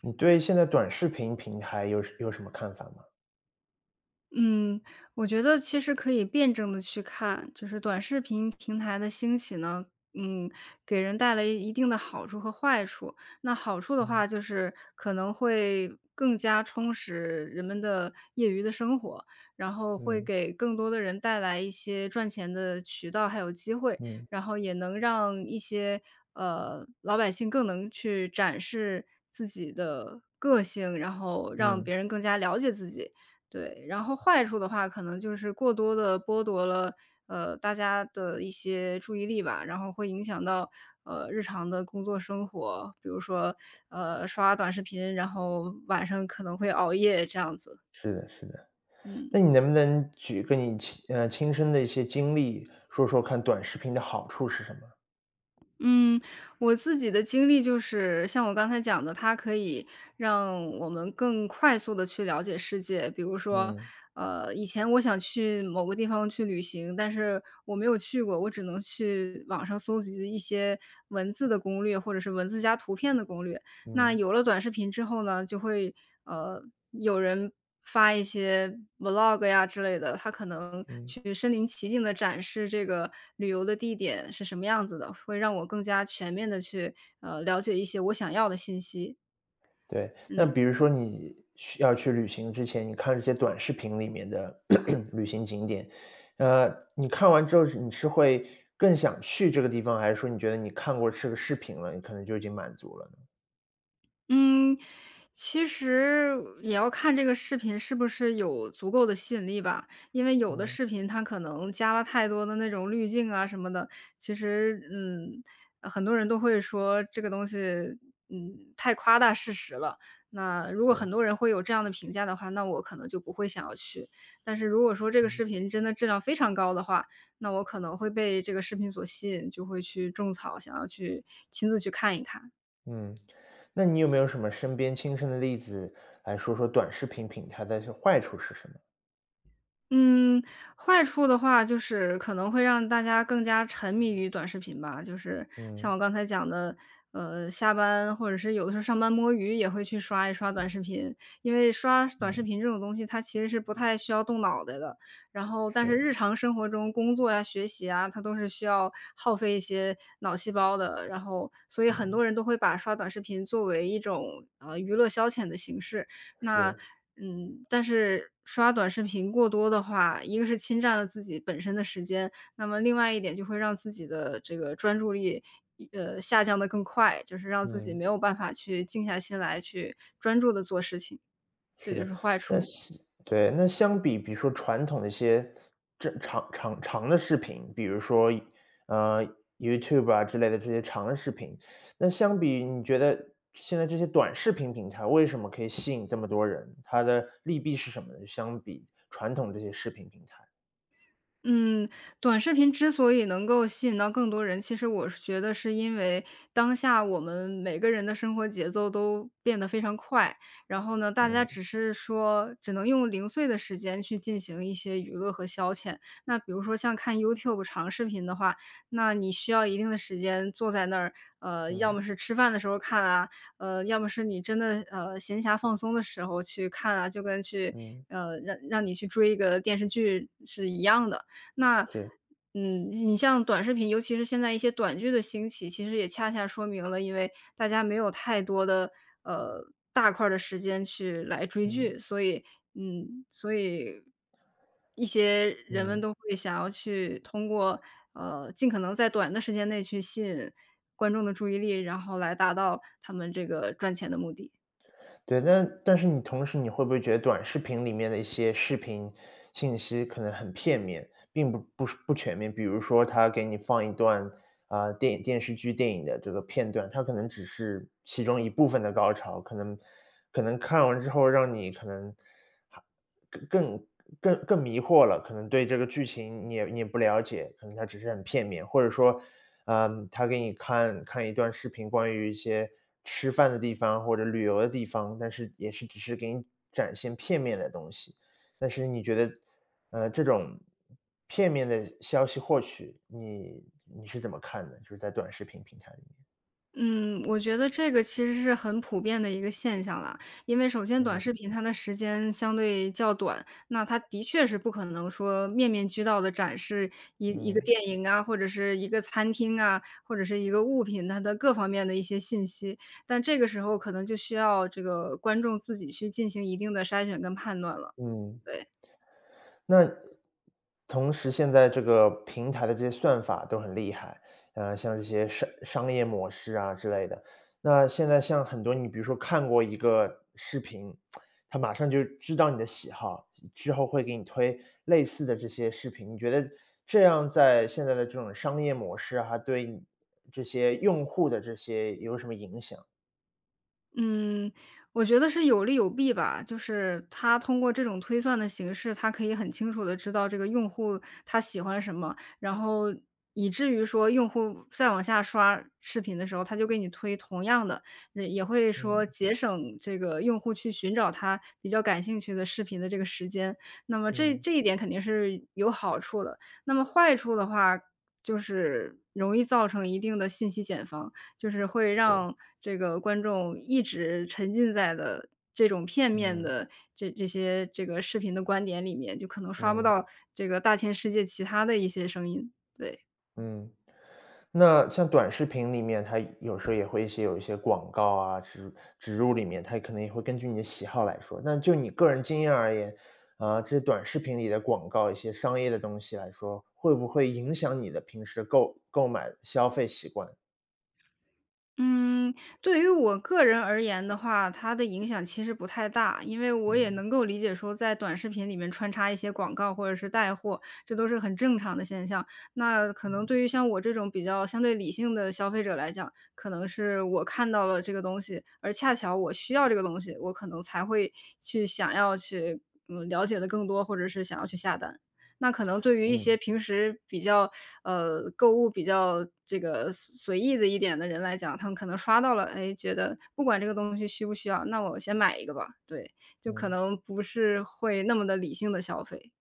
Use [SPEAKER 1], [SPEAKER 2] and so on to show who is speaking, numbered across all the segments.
[SPEAKER 1] 你对现在短视频平台有什么看法吗？
[SPEAKER 2] 嗯，我觉得其实可以辩证的去看，就是短视频平台的兴起呢，嗯，给人带来一定的好处和坏处。那好处的话
[SPEAKER 1] 嗯，
[SPEAKER 2] 就是可能会更加充实人们的业余的生活，然后会
[SPEAKER 1] 嗯，
[SPEAKER 2] 给更多的人带来一些赚钱的渠道还有机会，
[SPEAKER 1] 嗯，
[SPEAKER 2] 然后也能让一些，老百姓更能去展示自己的个性，然后让
[SPEAKER 1] 嗯，
[SPEAKER 2] 别人更加了解自己。对，然后坏处的话，可能就是过多的剥夺了，大家的一些注意力吧，然后会影响到，日常的工作生活，比如说，刷短视频，然后晚上可能会熬夜这样子，
[SPEAKER 1] 是的，是的。那
[SPEAKER 2] 嗯。
[SPEAKER 1] 你能不能举个你亲身的一些经历，说说看短视频的好处是什么？
[SPEAKER 2] 嗯，我自己的经历就是像我刚才讲的，它可以让我们更快速的去了解世界。比如说，
[SPEAKER 1] 嗯，
[SPEAKER 2] 以前我想去某个地方去旅行，但是我没有去过，我只能去网上搜集一些文字的攻略，或者是文字加图片的攻略。那
[SPEAKER 1] 嗯，
[SPEAKER 2] 有了短视频之后呢，就会呃，有人发一些 vlog 呀之类的，他可能
[SPEAKER 1] 嗯。
[SPEAKER 2] 去身临其境的展示这个旅游的地点是什么样子的，会让我更加全面的去，了解一些我想要的信息，
[SPEAKER 1] 对，那比
[SPEAKER 2] 嗯。
[SPEAKER 1] 如说你需要去旅行之前，你看这些短视频里面的 旅行景点，呃，你看完之后你会更想去这个地方，还是说你觉得你看过这个视频了，你可能就已经满足了呢？
[SPEAKER 2] 嗯，其实也要看这个视频是不是有足够的吸引力吧，因为有的
[SPEAKER 1] 嗯，
[SPEAKER 2] 视频它可能加了太多的那种滤镜啊什么的，其实，很多人都会说这个东西，太夸大事实了。那如果
[SPEAKER 1] 是，
[SPEAKER 2] 很多人会有这样的评价的话，那我可能就不会想要去。但是如果说这个
[SPEAKER 1] 嗯。
[SPEAKER 2] 视频真的质量非常高的话，那我可能会被这个视频所吸引，就会去种草，想要去亲自去看一看。
[SPEAKER 1] 嗯，那你有没有什么身边亲身的例子来说说短视频平台的是坏处是什么？
[SPEAKER 2] 嗯，坏处的话就是可能会让大家更加沉迷于短视频吧，就是像
[SPEAKER 1] 嗯，
[SPEAKER 2] 我刚才讲的，下班或者是有的时候上班摸鱼也会去刷一刷短视频，因为刷短视
[SPEAKER 1] 嗯，
[SPEAKER 2] 频这种东西，它其实是不太需要动脑袋的。然后，但是
[SPEAKER 1] 是，
[SPEAKER 2] 日常生活中工作呀、学习啊，它都是需要耗费一些脑细胞的。然后，所以很
[SPEAKER 1] 嗯，
[SPEAKER 2] 多人都会把刷短视频作为一种娱乐消遣的形式。那
[SPEAKER 1] 是，
[SPEAKER 2] 但是刷短视频过多的话，一个是侵占了自己本身的时间，那么另外一点就会让自己的这个专注力，下降的更快，就是让自己
[SPEAKER 1] 嗯，
[SPEAKER 2] 没有办法去静下心来去专注的做事情，
[SPEAKER 1] 是
[SPEAKER 2] 这就
[SPEAKER 1] 的。
[SPEAKER 2] 是坏
[SPEAKER 1] 那
[SPEAKER 2] 处。
[SPEAKER 1] 是，对，那相比比如说传统的一些这长的视频，比如说，呃，YouTube 啊之类的这些长的视频，那相比你觉得现在这些短视频平台为什么可以吸引这么多人？它的利弊是什么呢？相比传统这些视频平台，
[SPEAKER 2] 嗯，短视频之所以能够吸引到更多人，其实我是觉得是因为当下我们每个人的生活节奏都变得非常快，然后呢，大家
[SPEAKER 1] 嗯，
[SPEAKER 2] 只是说只能用零碎的时间去进行一些娱乐和消遣。那比如说像看 YouTube 长视频的话，那你需要一定的时间坐在那儿，要
[SPEAKER 1] 嗯。
[SPEAKER 2] 么是吃饭的时候看啊，要么是你真的闲暇放松的时候去看啊，就跟去。
[SPEAKER 1] 嗯，
[SPEAKER 2] 让你去追一个电视剧是一样的，那，
[SPEAKER 1] 是，
[SPEAKER 2] 你像短视频，尤其是现在一些短剧的兴起，其实也恰恰说明了，因为大家没有太多的，呃，大块儿的时间去来追
[SPEAKER 1] 嗯，
[SPEAKER 2] 剧，所以嗯，所以一些人们
[SPEAKER 1] 嗯，
[SPEAKER 2] 都会想要去通过，尽可能在短的时间内去吸引观众的注意力，然后来达到他们这个赚钱的目的。
[SPEAKER 1] 对，但是你同时你会不会觉得短视频里面的一些视频信息可能很片面，并不是不全面？比如说他给你放一段啊、电视剧、电影的这个片段，它可能只是其中一部分的高潮，可能看完之后让你可能更更更迷惑了，可能对这个剧情你也不了解，可能他只是很片面，或者说，嗯，他给你看看一段视频，关于一些吃饭的地方或者旅游的地方，但是也是只是给你展现片面的东西。但是你觉得，这种片面的消息获取，你是怎么看的？就是在短视频平台里
[SPEAKER 2] 嗯，我觉得这个其实是很普遍的一个现象啦。因为首先
[SPEAKER 1] 面，
[SPEAKER 2] 短
[SPEAKER 1] 嗯，
[SPEAKER 2] 视频它的时间相对较短，那它的确是不可能说面面俱到的展示一个
[SPEAKER 1] 嗯，
[SPEAKER 2] 电影啊，或者是一个餐厅啊，或者是一个物品，它的各方面的一些信息。但这个时候可能就需要这个观众自己去进行一定的筛选跟判断了，
[SPEAKER 1] 嗯。
[SPEAKER 2] 对。
[SPEAKER 1] 那同时现在这个平台的这些算法都很厉害，像这些商业模式啊之类的。那现在像很多你比如说看过一个视频，它马上就知道你的喜好，之后会给你推类似的这些视频。你觉得这样在现在的这种商业模式啊，它对你这些用户的这些有什么影响？
[SPEAKER 2] 嗯，我觉得是有利有弊吧。就是它通过这种推算的形式，它可以很清楚的知道这个用户他喜欢什么，然后以至于说用户再往下刷视频的时候，他就给你推同样的，也会说
[SPEAKER 1] 嗯，
[SPEAKER 2] 节省这个用户去寻找他比较感兴趣的视频的这个时间。那么这
[SPEAKER 1] 嗯。
[SPEAKER 2] 这一点肯定是有好处的，那么坏处的话，就是容易造成一定的信息茧房。就是会
[SPEAKER 1] 是，
[SPEAKER 2] 让这个观众一直沉浸在的这种片面
[SPEAKER 1] 嗯，
[SPEAKER 2] 的这些这个视频的观点里面，就可能刷不
[SPEAKER 1] 嗯，
[SPEAKER 2] 到这个大千世界其他的一些声音，对。
[SPEAKER 1] 嗯。那像短视频里面，它有时候也会有一些广告啊植入里面，它可能也会根据你的喜好来说。那就你个人经验而言，啊、这短视频里的广告一些商业的东西来说，会不会影响你的平时的购买消费习惯？
[SPEAKER 2] 嗯，对于我个人而言的话，它的影响其实不太大，因为我也
[SPEAKER 1] 嗯，
[SPEAKER 2] 能够理解说，在短视频里面穿插一些广告或者是带货，这都是很正常的现象。那可能
[SPEAKER 1] 嗯，
[SPEAKER 2] 对于像我这种比较相对理性的消费者来讲，可能是我看到了这个东西，而恰巧我需要这个东西，我可能才会去想要去了解的更多，或者是想要去下单。那可能对于一些
[SPEAKER 1] 嗯，
[SPEAKER 2] 平时比较，购物比较这个随意的一点的人来讲，他们可能刷到了，哎，觉得不管这个东西需不需要，那我先买一个吧，对，就可
[SPEAKER 1] 嗯。
[SPEAKER 2] 能不是会那么的理性的消费。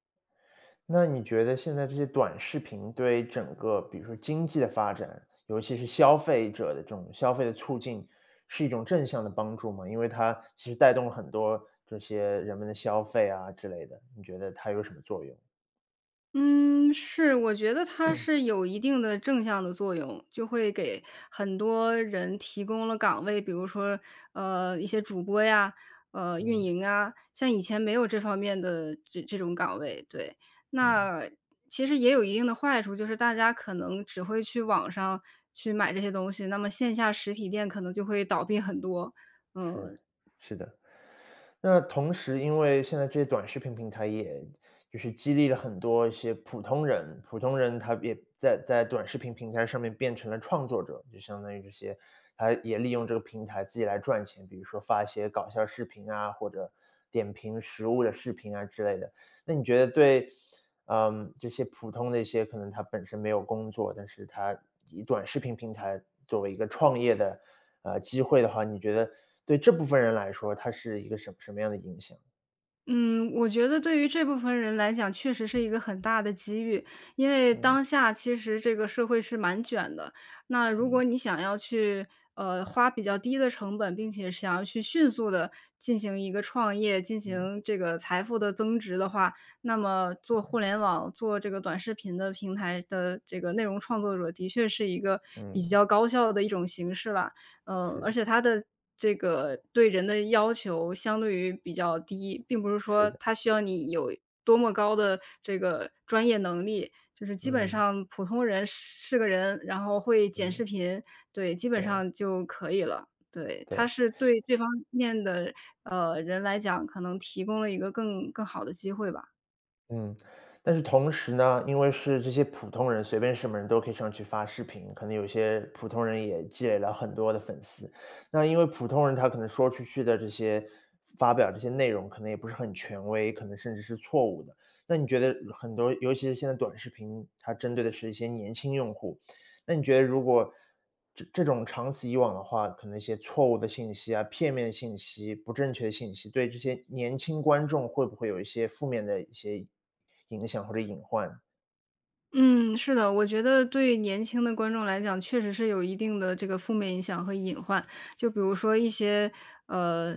[SPEAKER 1] 那你觉得现在这些短视频对整个比如说经济的发展，尤其是消费者的这种消费的促进，是一种正向的帮助吗？因为它其实带动了很多这些人们的消费啊之类的，你觉得它有什么作用？
[SPEAKER 2] 嗯，是，我觉得它是有一定的正向的作用，就会给很多人提供了岗位，比如说，一些主播呀，运
[SPEAKER 1] 嗯，
[SPEAKER 2] 营啊，像以前没有这方面的这种岗位，对。
[SPEAKER 1] 嗯，
[SPEAKER 2] 那其实也有一定的坏处，就是大家可能只会去网上去买这些东西，那么线下实体店可能就会倒闭很多，嗯。
[SPEAKER 1] 是，是的。那同时，因为现在这些短视频平台也就是激励了很多一些普通人，普通人他也在短视频平台上面变成了创作者，就相当于这些，他也利用这个平台自己来赚钱，比如说发一些搞笑视频啊，或者点评食物的视频啊之类的。那你觉得对，嗯，这些普通的一些可能他本身没有工作，但是他以短视频平台作为一个创业的机会的话，你觉得对这部分人来说，它是一个什么样的影响？
[SPEAKER 2] 嗯，我觉得对于这部分人来讲，确实是一个很大的机遇。因为
[SPEAKER 1] 嗯，
[SPEAKER 2] 当下其实这个社会是蛮卷的，那如果
[SPEAKER 1] 嗯，
[SPEAKER 2] 你想要去，花比较低的成本，并且想要去迅速的进行一个创业，进
[SPEAKER 1] 嗯，
[SPEAKER 2] 行这个财富的增值的话，那么做互联网、做这个短视频的平台的这个内容创作者，的确是一个比
[SPEAKER 1] 嗯，
[SPEAKER 2] 较高效的一种形式吧。而
[SPEAKER 1] 是，
[SPEAKER 2] 且它的这个对人的要求相对于比较低，并不是
[SPEAKER 1] 是
[SPEAKER 2] 说
[SPEAKER 1] 的，
[SPEAKER 2] 它需要你有多么高的这个专业能力，就是基本
[SPEAKER 1] 嗯，
[SPEAKER 2] 上普通人是个人，然后会剪视
[SPEAKER 1] 嗯，
[SPEAKER 2] 频，对，基本
[SPEAKER 1] 对，
[SPEAKER 2] 上就可以了。对，它
[SPEAKER 1] 对。
[SPEAKER 2] 是对这方面的，人来讲，可能提供了一个更好的机会吧。
[SPEAKER 1] 嗯，但是同时呢，因为是这些普通人，随便什么人都可以上去发视频，可能有些普通人也积累了很多的粉丝。那因为普通人他可能说出去的这些发表这些内容，可能也不是很权威，可能甚至是错误的。那你觉得很多，尤其是现在短视频，它针对的是一些年轻用户，那你觉得如果这种长此以往的话，可能一些错误的信息啊、片面信息、不正确的信息，对这些年轻观众会不会有一些负面的一些影响或者隐患？
[SPEAKER 2] 嗯，是的，我觉得对年轻的观众来讲，确实是有一定的这个负面影响和隐患。就比如说一些，呃，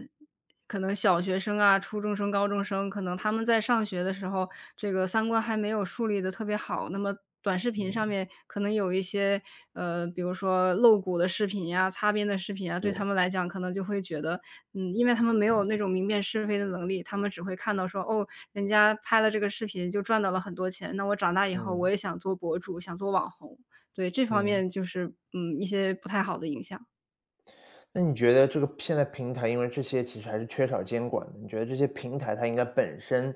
[SPEAKER 2] 可能小学生啊、初中生、高中生，可能他们在上学的时候，这个三观还没有树立的特别好，那么短视频上
[SPEAKER 1] 嗯，
[SPEAKER 2] 面可能有一些，比如说露骨的视频呀、擦边的视频啊，对他
[SPEAKER 1] 是，
[SPEAKER 2] 们来讲，可能就会觉得，因为他们没有那种明辨是非的能力，他们只会看到说，哦，人家拍了这个视频就赚到了很多钱，那我长大以后我
[SPEAKER 1] 嗯，
[SPEAKER 2] 也想做博主，想做网红。对，这方
[SPEAKER 1] 嗯。
[SPEAKER 2] 面就是，一些不太好的影响。
[SPEAKER 1] 那你觉得这个现在平台因为这些其实还是缺少监管的，你觉得这些平台它应该本身，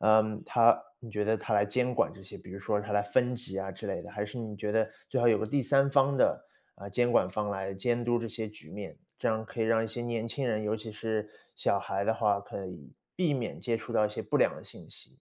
[SPEAKER 1] 嗯，它你觉得它来监管这些，比如说它来分级啊之类的，还是你觉得最好有个第三方的啊、监管方来监督这些局面，这样可以让一些年轻人，尤其是小孩的话，可以避免接触到一些不良的信息。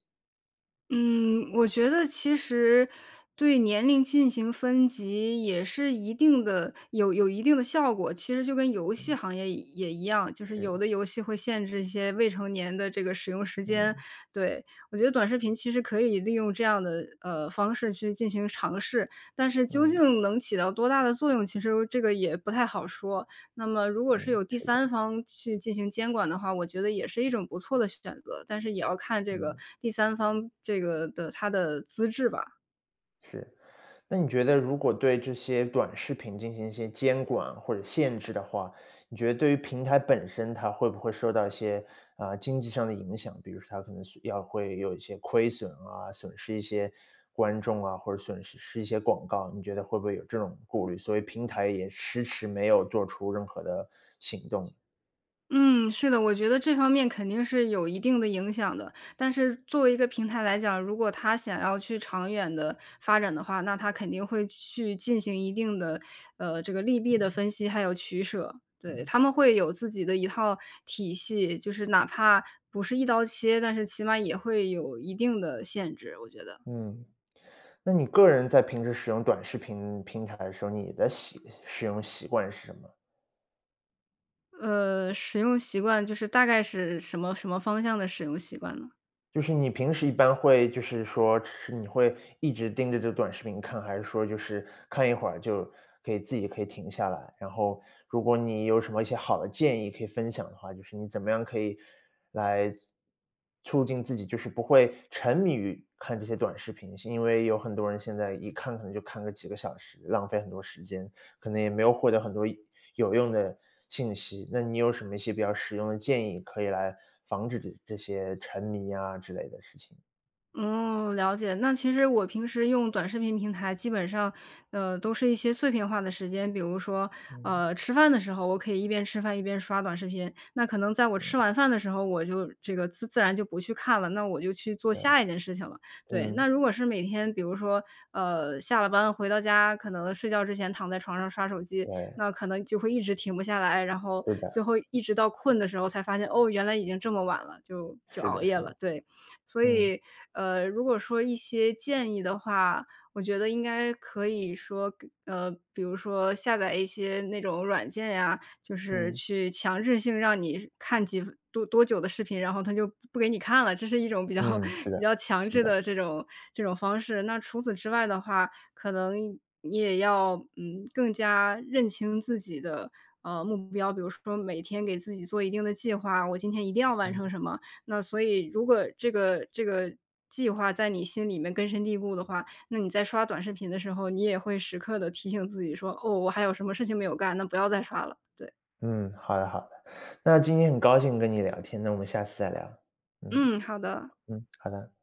[SPEAKER 2] 嗯，我觉得其实对年龄进行分级也是一定的有一定的效果，其实就跟游戏
[SPEAKER 1] 嗯，
[SPEAKER 2] 行业也一样，就是
[SPEAKER 1] 是，
[SPEAKER 2] 有的游戏会限制一些未成年的这个使用时间。
[SPEAKER 1] 嗯，
[SPEAKER 2] 对，我觉得短视频其实可以利用这样的，方式去进行尝试，但是究
[SPEAKER 1] 嗯，
[SPEAKER 2] 竟能起到多大的作用，其实这个也不太好说。那么如果是
[SPEAKER 1] 嗯，
[SPEAKER 2] 有第三方去进行监管的话，我觉得也是一种不错的选择，但是也要看这个
[SPEAKER 1] 嗯，
[SPEAKER 2] 第三方这个的它的资质吧。
[SPEAKER 1] 是。那你觉得如果对这些短视频进行一些监管或者限制的话，你觉得对于平台本身，它会不会受到一些啊、经济上的影响？比如说它可能是要会有一些亏损啊，损失一些观众啊，或者损失一些广告，你觉得会不会有这种顾虑？所以平台也迟迟没有做出任何的行动。
[SPEAKER 2] 嗯，是的，我觉得这方面肯定是有一定的影响的。但是作为一个平台来讲，如果他想要去长远的发展的话，那他肯定会去进行一定的，这个利弊的分析，还有取舍。对，他们会有自己的一套体系，就是哪怕不是一刀切，但是起码也会有一定的限制，我觉得。
[SPEAKER 1] 嗯，那你个人在平时使用短视频平台的时候，你的使用习惯是什么？
[SPEAKER 2] 使用习惯就是大概是什么什么方向的使用习惯呢？
[SPEAKER 1] 就是你平时一般会就是说是你会一直盯着这短视频看，还是说就是看一会儿就可以自己可以停下来？然后如果你有什么一些好的建议可以分享的话，就是你怎么样可以来促进自己就是不会沉迷于看这些短视频？因为有很多人现在一看可能就看个几个小时，浪费很多时间。可能也没有获得很多有用的信息。那你有什么一些比较实用的建议，可以来防止这些沉迷啊之类的事情？
[SPEAKER 2] 嗯，了解。那其实我平时用短视频平台，基本上，都是一些碎片化的时间。比如说，
[SPEAKER 1] 嗯，
[SPEAKER 2] 吃饭的时候，我可以一边吃饭一边刷短视频。那可能在我
[SPEAKER 1] 嗯，
[SPEAKER 2] 吃完饭的时候，我就这个自然就不去看了，那我就去做
[SPEAKER 1] 对，
[SPEAKER 2] 下一件事情了。对，
[SPEAKER 1] 嗯，
[SPEAKER 2] 那如果是每天，比如说，下了班回到家，可能睡觉之前躺在床上刷手机，
[SPEAKER 1] 对，
[SPEAKER 2] 那可能就会一直停不下来，然后
[SPEAKER 1] 是的，
[SPEAKER 2] 最后一直到困的时候才发现，哦，原来已经这么晚了，就
[SPEAKER 1] 是
[SPEAKER 2] 熬
[SPEAKER 1] 的，
[SPEAKER 2] 夜
[SPEAKER 1] 是
[SPEAKER 2] 了。
[SPEAKER 1] 的，
[SPEAKER 2] 对。所
[SPEAKER 1] 嗯，
[SPEAKER 2] 以，如果说一些建议的话，我觉得应该可以说给比如说下载一些那种软件呀，就是
[SPEAKER 1] 嗯，
[SPEAKER 2] 去强制性让你看几分多久的视频，然后他就不给你看了，这是一种比较
[SPEAKER 1] 嗯，是
[SPEAKER 2] 比
[SPEAKER 1] 的，
[SPEAKER 2] 较强
[SPEAKER 1] 是
[SPEAKER 2] 制
[SPEAKER 1] 的，
[SPEAKER 2] 的这种方式。那除此之外的话，可能你也要，更加认清自己的，目标，比如说每天给自己做一定的计划，我今天一定要完
[SPEAKER 1] 嗯，
[SPEAKER 2] 成什么，那所以如果这个计划在你心里面根深蒂固的话，那你在刷短视频的时候，你也会时刻的提醒自己说：“哦，我还有什么事情没有干，那不要再刷了。”对，
[SPEAKER 1] 嗯，好的好的。那今天很高兴跟你聊天，那我们下次再聊。嗯，
[SPEAKER 2] 嗯，好的。
[SPEAKER 1] 嗯，好的。